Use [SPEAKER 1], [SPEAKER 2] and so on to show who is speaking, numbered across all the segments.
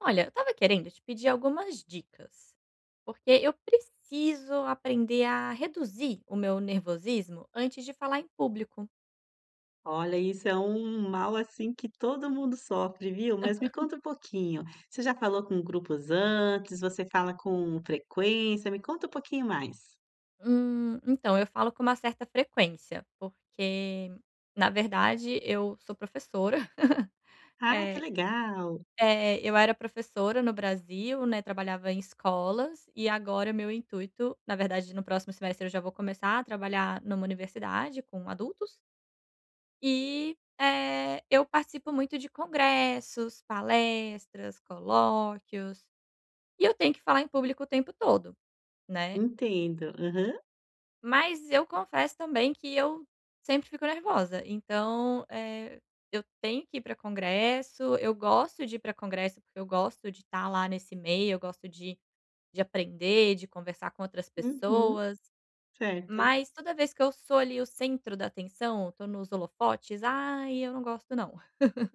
[SPEAKER 1] Olha, eu estava querendo te pedir algumas dicas, porque eu preciso aprender a reduzir o meu nervosismo antes de falar em público.
[SPEAKER 2] Olha, isso é um mal, assim, que todo mundo sofre, viu. Mas me conta um pouquinho, você já falou com grupos antes, você fala com frequência? Me conta um pouquinho mais.
[SPEAKER 1] Então, eu falo com uma certa frequência, porque, na verdade, eu sou professora.
[SPEAKER 2] Ah,
[SPEAKER 1] É,
[SPEAKER 2] que legal.
[SPEAKER 1] eu era professora no Brasil, né? Trabalhava em escolas, e agora meu intuito, na verdade, no próximo semestre eu já vou começar a trabalhar numa universidade com adultos. E, eu participo muito de congressos, palestras, colóquios, e eu tenho que falar em público o tempo todo, né.
[SPEAKER 2] Entendo. Aham.
[SPEAKER 1] Mas eu confesso também que eu sempre fico nervosa, então, eu tenho que ir para congresso, eu gosto de ir para congresso, porque eu gosto de estar lá nesse meio, eu gosto de aprender, de conversar com outras
[SPEAKER 2] Uhum.
[SPEAKER 1] pessoas,
[SPEAKER 2] Certo.
[SPEAKER 1] mas toda vez que eu sou ali o centro da atenção, tô nos holofotes, ai, eu não gosto não.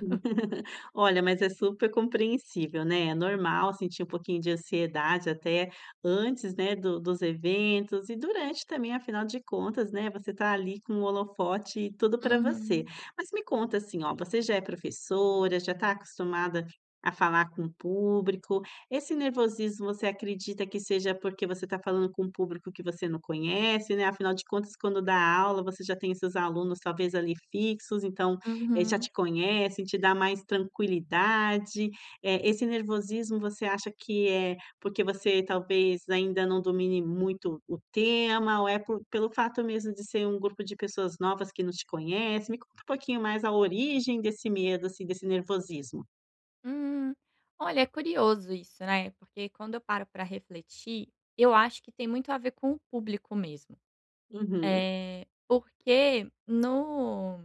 [SPEAKER 2] Olha, mas é super compreensível, né, é normal sentir um pouquinho de ansiedade até antes, né, do dos eventos e durante também, afinal de contas, né, você tá ali com o holofote e tudo para você. Mas me conta assim, ó, você já é professora, já está acostumada a falar com o público, esse nervosismo você acredita que seja porque você está falando com um público que você não conhece, né, afinal de contas quando dá aula você já tem seus alunos talvez ali fixos, então já
[SPEAKER 1] Uhum.
[SPEAKER 2] te conhecem, te dá mais tranquilidade? Esse nervosismo você acha que é porque você talvez ainda não domine muito o tema, ou é por pelo fato mesmo de ser um grupo de pessoas novas que não te conhecem. Me conta um pouquinho mais a origem desse medo, assim, desse nervosismo.
[SPEAKER 1] Hum. Olha, é curioso isso, né, porque quando eu paro para refletir, eu acho que tem muito a ver com o público mesmo.
[SPEAKER 2] Uhum.
[SPEAKER 1] É porque no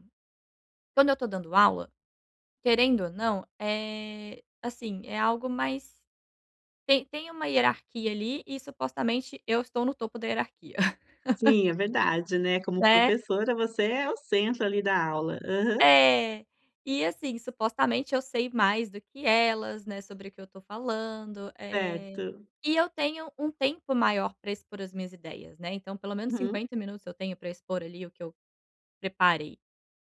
[SPEAKER 1] quando eu tô dando aula, querendo ou não, é assim, é algo mais tem uma hierarquia ali e supostamente eu estou no topo da hierarquia,
[SPEAKER 2] Sim, é verdade, né, como
[SPEAKER 1] né.
[SPEAKER 2] professora você é o centro ali da aula. Aham,
[SPEAKER 1] É. E assim, supostamente eu sei mais do que elas, né, sobre o que eu tô falando,
[SPEAKER 2] certo.
[SPEAKER 1] e eu tenho um tempo maior para expor as minhas ideias, né, então pelo menos
[SPEAKER 2] Uhum.
[SPEAKER 1] 50 minutos eu tenho para expor ali o que eu preparei.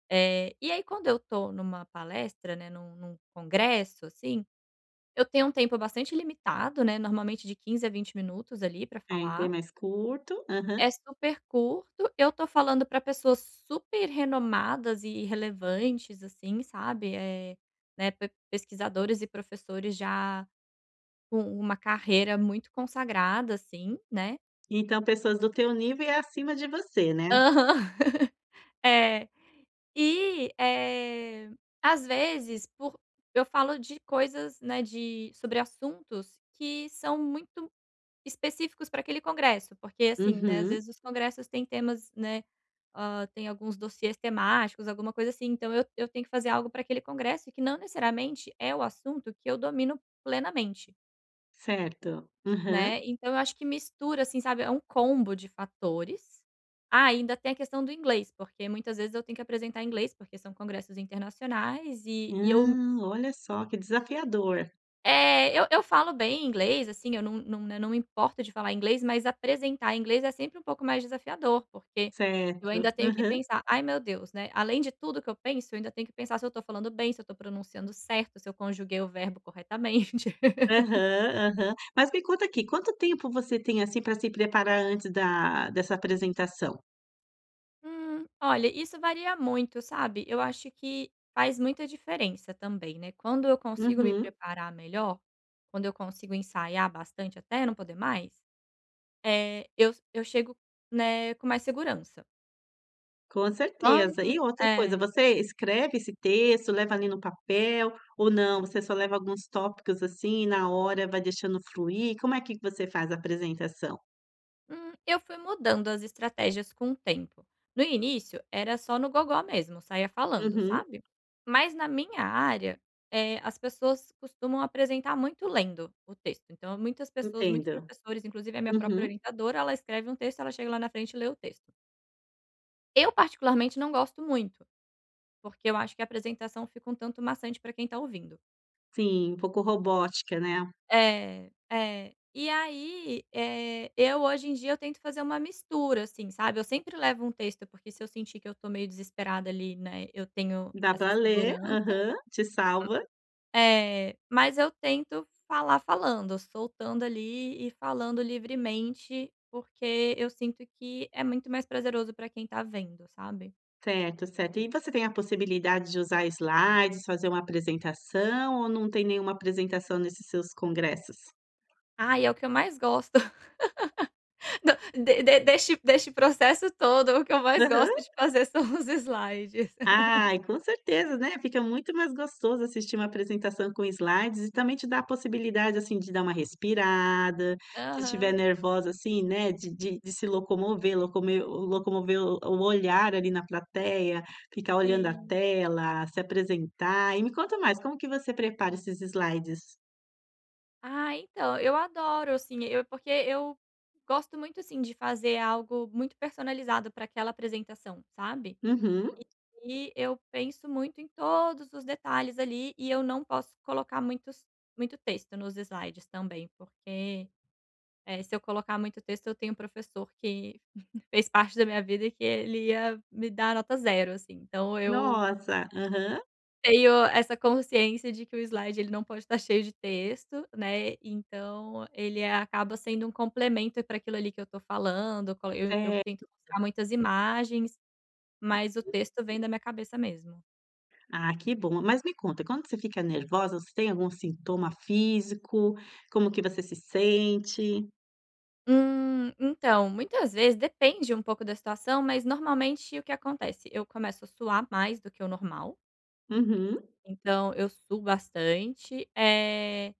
[SPEAKER 1] E aí quando eu tô numa palestra, né, num congresso, assim, eu tenho um tempo bastante limitado, né, normalmente de 15 a 20 minutos ali para
[SPEAKER 2] É, bem
[SPEAKER 1] falar,
[SPEAKER 2] mais curto. Aham.
[SPEAKER 1] é super curto. Eu tô falando pra pessoas super renomadas e relevantes, assim, sabe. É, né, pe pesquisadores e professores já com uma carreira muito consagrada, assim, né.
[SPEAKER 2] Então pessoas do teu nível e acima de você, né?
[SPEAKER 1] Aham. É. E, é Às vezes, por eu falo de coisas, né, de sobre assuntos que são muito específicos para aquele congresso, porque assim, né, às
[SPEAKER 2] Uhum.
[SPEAKER 1] vezes os congressos têm temas, né, tem alguns dossiês temáticos, alguma coisa assim, então eu tenho que fazer algo para aquele congresso que não necessariamente é o assunto que eu domino plenamente,
[SPEAKER 2] Certo. Aham.
[SPEAKER 1] né. Então eu acho que mistura, assim, sabe, é um combo de fatores. Ah, ainda tem a questão do inglês, porque muitas vezes eu tenho que apresentar em inglês, porque são congressos internacionais e eu...
[SPEAKER 2] Hã, olha só que desafiador.
[SPEAKER 1] É, eu falo bem inglês, assim, eu né, não me importo de falar inglês, mas apresentar inglês é sempre um pouco mais desafiador, porque eu
[SPEAKER 2] Certo.
[SPEAKER 1] ainda tenho que
[SPEAKER 2] Aham.
[SPEAKER 1] pensar: "Ai, meu Deus", né, além de tudo que eu penso, eu ainda tenho que pensar se eu estou falando bem, se eu estou pronunciando certo, se eu conjuguei o verbo corretamente.
[SPEAKER 2] Aham, aham. Mas me conta aqui, quanto tempo você tem, assim, para se preparar antes da dessa apresentação?
[SPEAKER 1] Olha, isso varia muito, sabe. Eu acho que faz muita diferença também, né. Quando eu consigo me
[SPEAKER 2] Uhum.
[SPEAKER 1] preparar melhor, quando eu consigo ensaiar bastante até não poder mais, eu chego, né, com mais segurança.
[SPEAKER 2] Com certeza. E
[SPEAKER 1] Quando
[SPEAKER 2] outra coisa,
[SPEAKER 1] é.
[SPEAKER 2] você escreve esse texto, leva ali no papel ou não, você só leva alguns tópicos, assim, e na hora vai deixando fluir? Como é que você faz a apresentação?
[SPEAKER 1] Eu fui mudando as estratégias com o tempo. No início, era só no gogó mesmo, saía falando,
[SPEAKER 2] Uhum,
[SPEAKER 1] sabe. Mas na minha área, as pessoas costumam apresentar muito lendo o texto. Então muitas pessoas, muitos
[SPEAKER 2] entendo.
[SPEAKER 1] professores, inclusive a minha própria
[SPEAKER 2] Uhum.
[SPEAKER 1] orientadora, ela escreve um texto, ela chega lá na frente e lê o texto. Eu particularmente não gosto muito, porque eu acho que a apresentação fica um tanto maçante para quem está ouvindo.
[SPEAKER 2] Sim, um pouco robótica, né?
[SPEAKER 1] É, é. E aí, eu hoje em dia eu tento fazer uma mistura, assim, sabe, eu sempre levo um texto, porque se eu sentir que eu tô meio desesperada ali, né, eu tenho
[SPEAKER 2] Dá
[SPEAKER 1] essa
[SPEAKER 2] para ler,
[SPEAKER 1] segurança.
[SPEAKER 2] aham, te salva.
[SPEAKER 1] É, mas eu tento falar falando, soltando ali e falando livremente, porque eu sinto que é muito mais prazeroso pra quem tá vendo, sabe.
[SPEAKER 2] Certo, certo. E você tem a possibilidade de usar slides, fazer uma apresentação ou não tem nenhuma apresentação nesses seus congressos?
[SPEAKER 1] Ai, é o que eu mais gosto do de deste deste processo todo, é o que eu mais gosto
[SPEAKER 2] Aham.
[SPEAKER 1] de fazer são os slides.
[SPEAKER 2] Ai, com certeza, né, fica muito mais gostoso assistir uma apresentação com slides e também te dá a possibilidade, assim, de dar uma respirada, se estiver
[SPEAKER 1] Aham,
[SPEAKER 2] nervosa, assim, né, de se locomover, locome locomover o olhar ali na plateia, ficar olhando a
[SPEAKER 1] sim.
[SPEAKER 2] tela, se apresentar. E me conta mais, como que você prepara esses slides?
[SPEAKER 1] Ah, então, eu adoro, assim, eu porque eu gosto muito, assim, de fazer algo muito personalizado para aquela apresentação, sabe.
[SPEAKER 2] Uhum.
[SPEAKER 1] E eu penso muito em todos os detalhes ali e eu não posso colocar muito texto nos slides também, porque, se eu colocar muito texto, eu tenho um professor que fez parte da minha vida e que ele ia me dar nota zero, assim. Então eu
[SPEAKER 2] Nossa, aham.
[SPEAKER 1] tenho essa consciência de que o slide ele não pode estar cheio de texto, né, então ele acaba sendo um complemento para aquilo ali que eu estou falando, co eu
[SPEAKER 2] É.
[SPEAKER 1] tento mostrar muitas imagens, mas o texto vem da minha cabeça mesmo.
[SPEAKER 2] Ah, que bom. Mas me conta, quando você fica nervosa, você tem algum sintoma físico? Como que você se sente?
[SPEAKER 1] Então, muitas vezes depende um pouco da situação, mas normalmente o que acontece? Eu começo a suar mais do que o normal,
[SPEAKER 2] Uhum.
[SPEAKER 1] então eu suo bastante,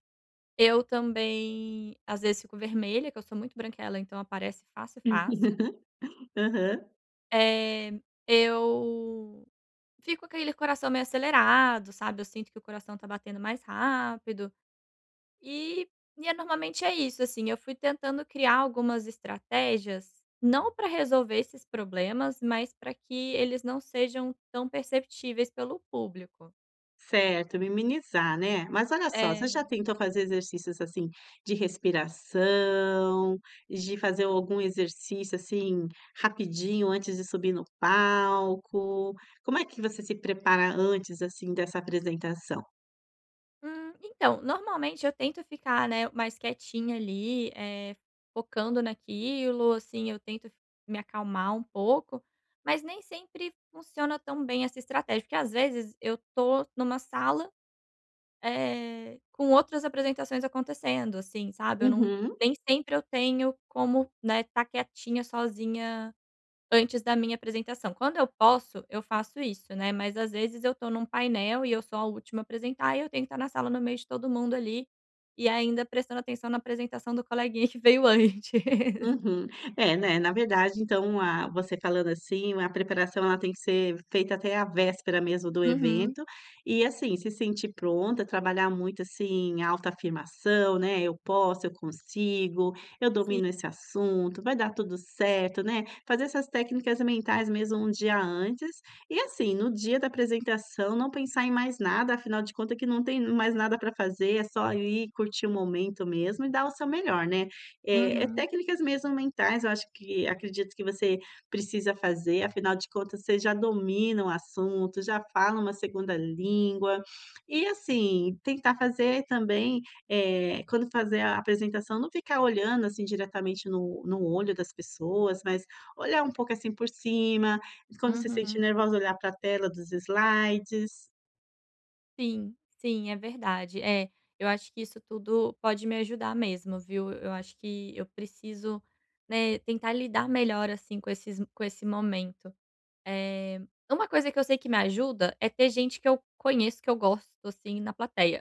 [SPEAKER 1] eu também, às vezes, fico vermelha, que eu sou muito branquela, então aparece fácil, fácil.
[SPEAKER 2] Aham.
[SPEAKER 1] Eh, eu fico com aquele coração meio acelerado, sabe, eu sinto que o coração tá batendo mais rápido, e e normalmente é isso, assim, eu fui tentando criar algumas estratégias, não para resolver esses problemas, mas para que eles não sejam tão perceptíveis pelo público.
[SPEAKER 2] Certo, minimizar, né. Mas olha só, você já
[SPEAKER 1] Eh,
[SPEAKER 2] tentou fazer exercícios, assim, de respiração, de fazer algum exercício, assim, rapidinho antes de subir no palco? Como é que você se prepara antes, assim, dessa apresentação?
[SPEAKER 1] Então, normalmente eu tento ficar, né, mais quietinha ali, focando naquilo, assim, eu tento me acalmar um pouco, mas nem sempre funciona tão bem essa estratégia, porque às vezes eu tô numa sala, com outras apresentações acontecendo, assim, sabe, eu não
[SPEAKER 2] Uhum.
[SPEAKER 1] nem sempre eu tenho como, né, estar quietinha sozinha antes da minha apresentação. Quando eu posso, eu faço isso, né, mas às vezes eu estou num painel e eu sou a última a apresentar e eu tenho que estar na sala no meio de todo mundo ali, e ainda prestando atenção na apresentação do coleguinha que veio antes.
[SPEAKER 2] Uhum. É, né, na verdade, então, a você falando assim, a preparação ela tem que ser feita até a véspera mesmo do
[SPEAKER 1] Uhum.
[SPEAKER 2] evento e, assim, se sentir pronta, trabalhar muito, assim, autoafirmação, né, "Eu posso, eu consigo, eu
[SPEAKER 1] Sim.
[SPEAKER 2] domino esse assunto, vai dar tudo certo", né, fazer essas técnicas mentais mesmo um dia antes e, assim, no dia da apresentação não pensar em mais nada, afinal de contas que não tem mais nada para fazer, é só ir curtir o momento mesmo e dar o seu melhor, né. É
[SPEAKER 1] Uhum.
[SPEAKER 2] técnicas mesmo mentais, eu acho que acredito que você precisa fazer, afinal de contas você já domina o assunto, já fala uma segunda língua. E assim, tentar fazer também, quando fazer a apresentação, não ficar olhando, assim, diretamente no olho das pessoas, mas olhar um pouco, assim, por cima, quando se sente
[SPEAKER 1] Uhum.
[SPEAKER 2] nervosa, olhar para a tela dos slides.
[SPEAKER 1] Sim, sim, é verdade. É, eu acho que isso tudo pode me ajudar mesmo, viu. Eu acho que eu preciso, né, tentar lidar melhor, assim, com esse momento. Eh, uma coisa que eu sei que me ajuda é ter gente que eu conheço, que eu gosto, assim, na plateia.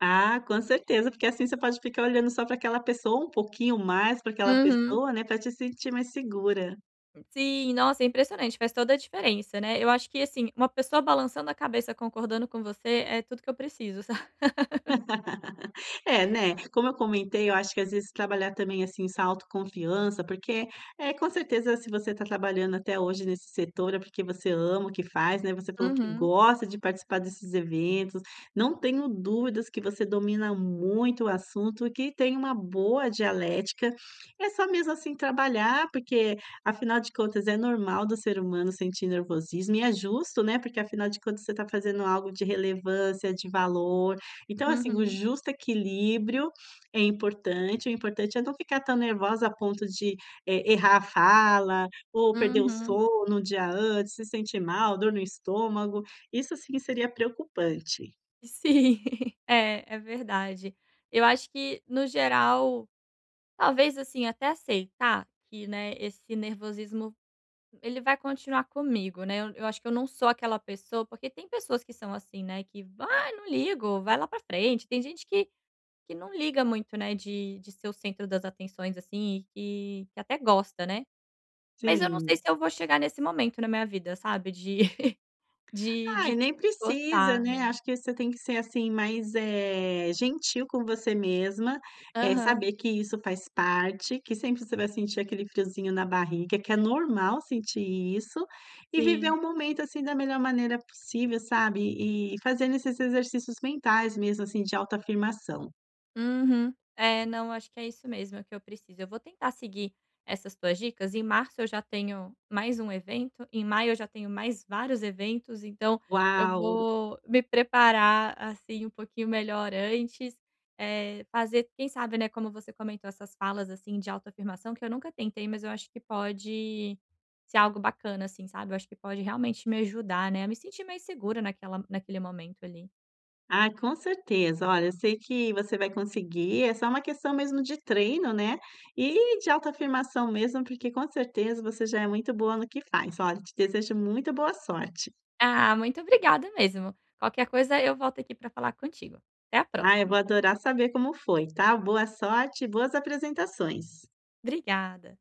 [SPEAKER 2] Ah, com certeza, porque assim você pode ficar olhando só para aquela pessoa, um pouquinho mais para aquela
[SPEAKER 1] Uhum.
[SPEAKER 2] pessoa, né, para te sentir mais segura.
[SPEAKER 1] Sim, nossa, é impressionante, faz toda a diferença, né. Eu acho que, assim, uma pessoa balançando a cabeça concordando com você é tudo que eu preciso, sabe.
[SPEAKER 2] É, né, como eu comentei, eu acho que às vezes trabalhar também, assim, essa autoconfiança, porque, é com certeza se você está trabalhando até hoje nesse setor é porque você ama o que faz, né, você falou que
[SPEAKER 1] Uhum,
[SPEAKER 2] gosta de participar desses eventos, não tenho dúvidas que você domina muito o assunto e que tem uma boa dialética, é só mesmo, assim, trabalhar, porque afinal de contas é normal do ser humano sentir nervosismo e é justo, né, porque afinal de contas você está fazendo algo de relevância, de valor, então, assim, o
[SPEAKER 1] uhum,
[SPEAKER 2] justo equilíbrio é importante, o importante é não ficar tão nervosa a ponto de, errar a fala ou perder o
[SPEAKER 1] uhum.
[SPEAKER 2] sono um dia antes, se sentir mal, dor no estômago, isso sim seria preocupante.
[SPEAKER 1] Sim, é, é verdade. Eu acho que no geral, talvez, assim, até aceitar que, né, esse nervosismo ele vai continuar comigo, né, eu acho que eu não sou aquela pessoa, porque tem pessoas que são assim, né, que: "vai, não ligo, vai lá pra frente". Tem gente que não liga muito, né, de ser o centro das atenções, assim, e que até gosta, né. Mas eu não sei
[SPEAKER 2] Sim.
[SPEAKER 1] se eu vou chegar nesse momento na minha vida, sabe, de
[SPEAKER 2] Ai,
[SPEAKER 1] de
[SPEAKER 2] nem precisa,
[SPEAKER 1] gostar,
[SPEAKER 2] né,
[SPEAKER 1] né.
[SPEAKER 2] acho que você tem que ser, assim, mais, gentil com você mesma,
[SPEAKER 1] Aham,
[SPEAKER 2] saber que isso faz parte, que sempre você vai sentir aquele friozinho na barriga, que é normal sentir isso, e viver
[SPEAKER 1] sim.
[SPEAKER 2] o momento, assim, da melhor maneira possível, sabe, e fazendo esses exercícios mentais mesmo, assim, de autoafirmação.
[SPEAKER 1] Uhum. É, não, acho que é isso mesmo que eu preciso. Eu vou tentar seguir essas tuas dicas. Em março eu já tenho mais um evento, em maio eu já tenho mais vários eventos, então eu
[SPEAKER 2] "Uau,
[SPEAKER 1] vou me preparar assim um pouquinho melhor antes. Fazer, quem sabe, né, como você comentou, essas falas assim de autoafirmação que eu nunca tentei, mas eu acho que pode ser algo bacana, assim, sabe? Eu acho que pode realmente me ajudar, né? A me sentir mais segura naquele momento ali.
[SPEAKER 2] ah, com certeza. Olha, eu sei que você vai conseguir, é só uma questão mesmo de treino, né, e de autoafirmação mesmo, porque com certeza você já é muito boa no que faz. Olha, te desejo muita boa sorte.
[SPEAKER 1] Ah, muito obrigada mesmo. Qualquer coisa eu volto aqui para falar contigo. Até a
[SPEAKER 2] Ah, eu vou
[SPEAKER 1] próxima.
[SPEAKER 2] adorar saber como foi, tá. Boa sorte e boas apresentações.
[SPEAKER 1] Obrigada.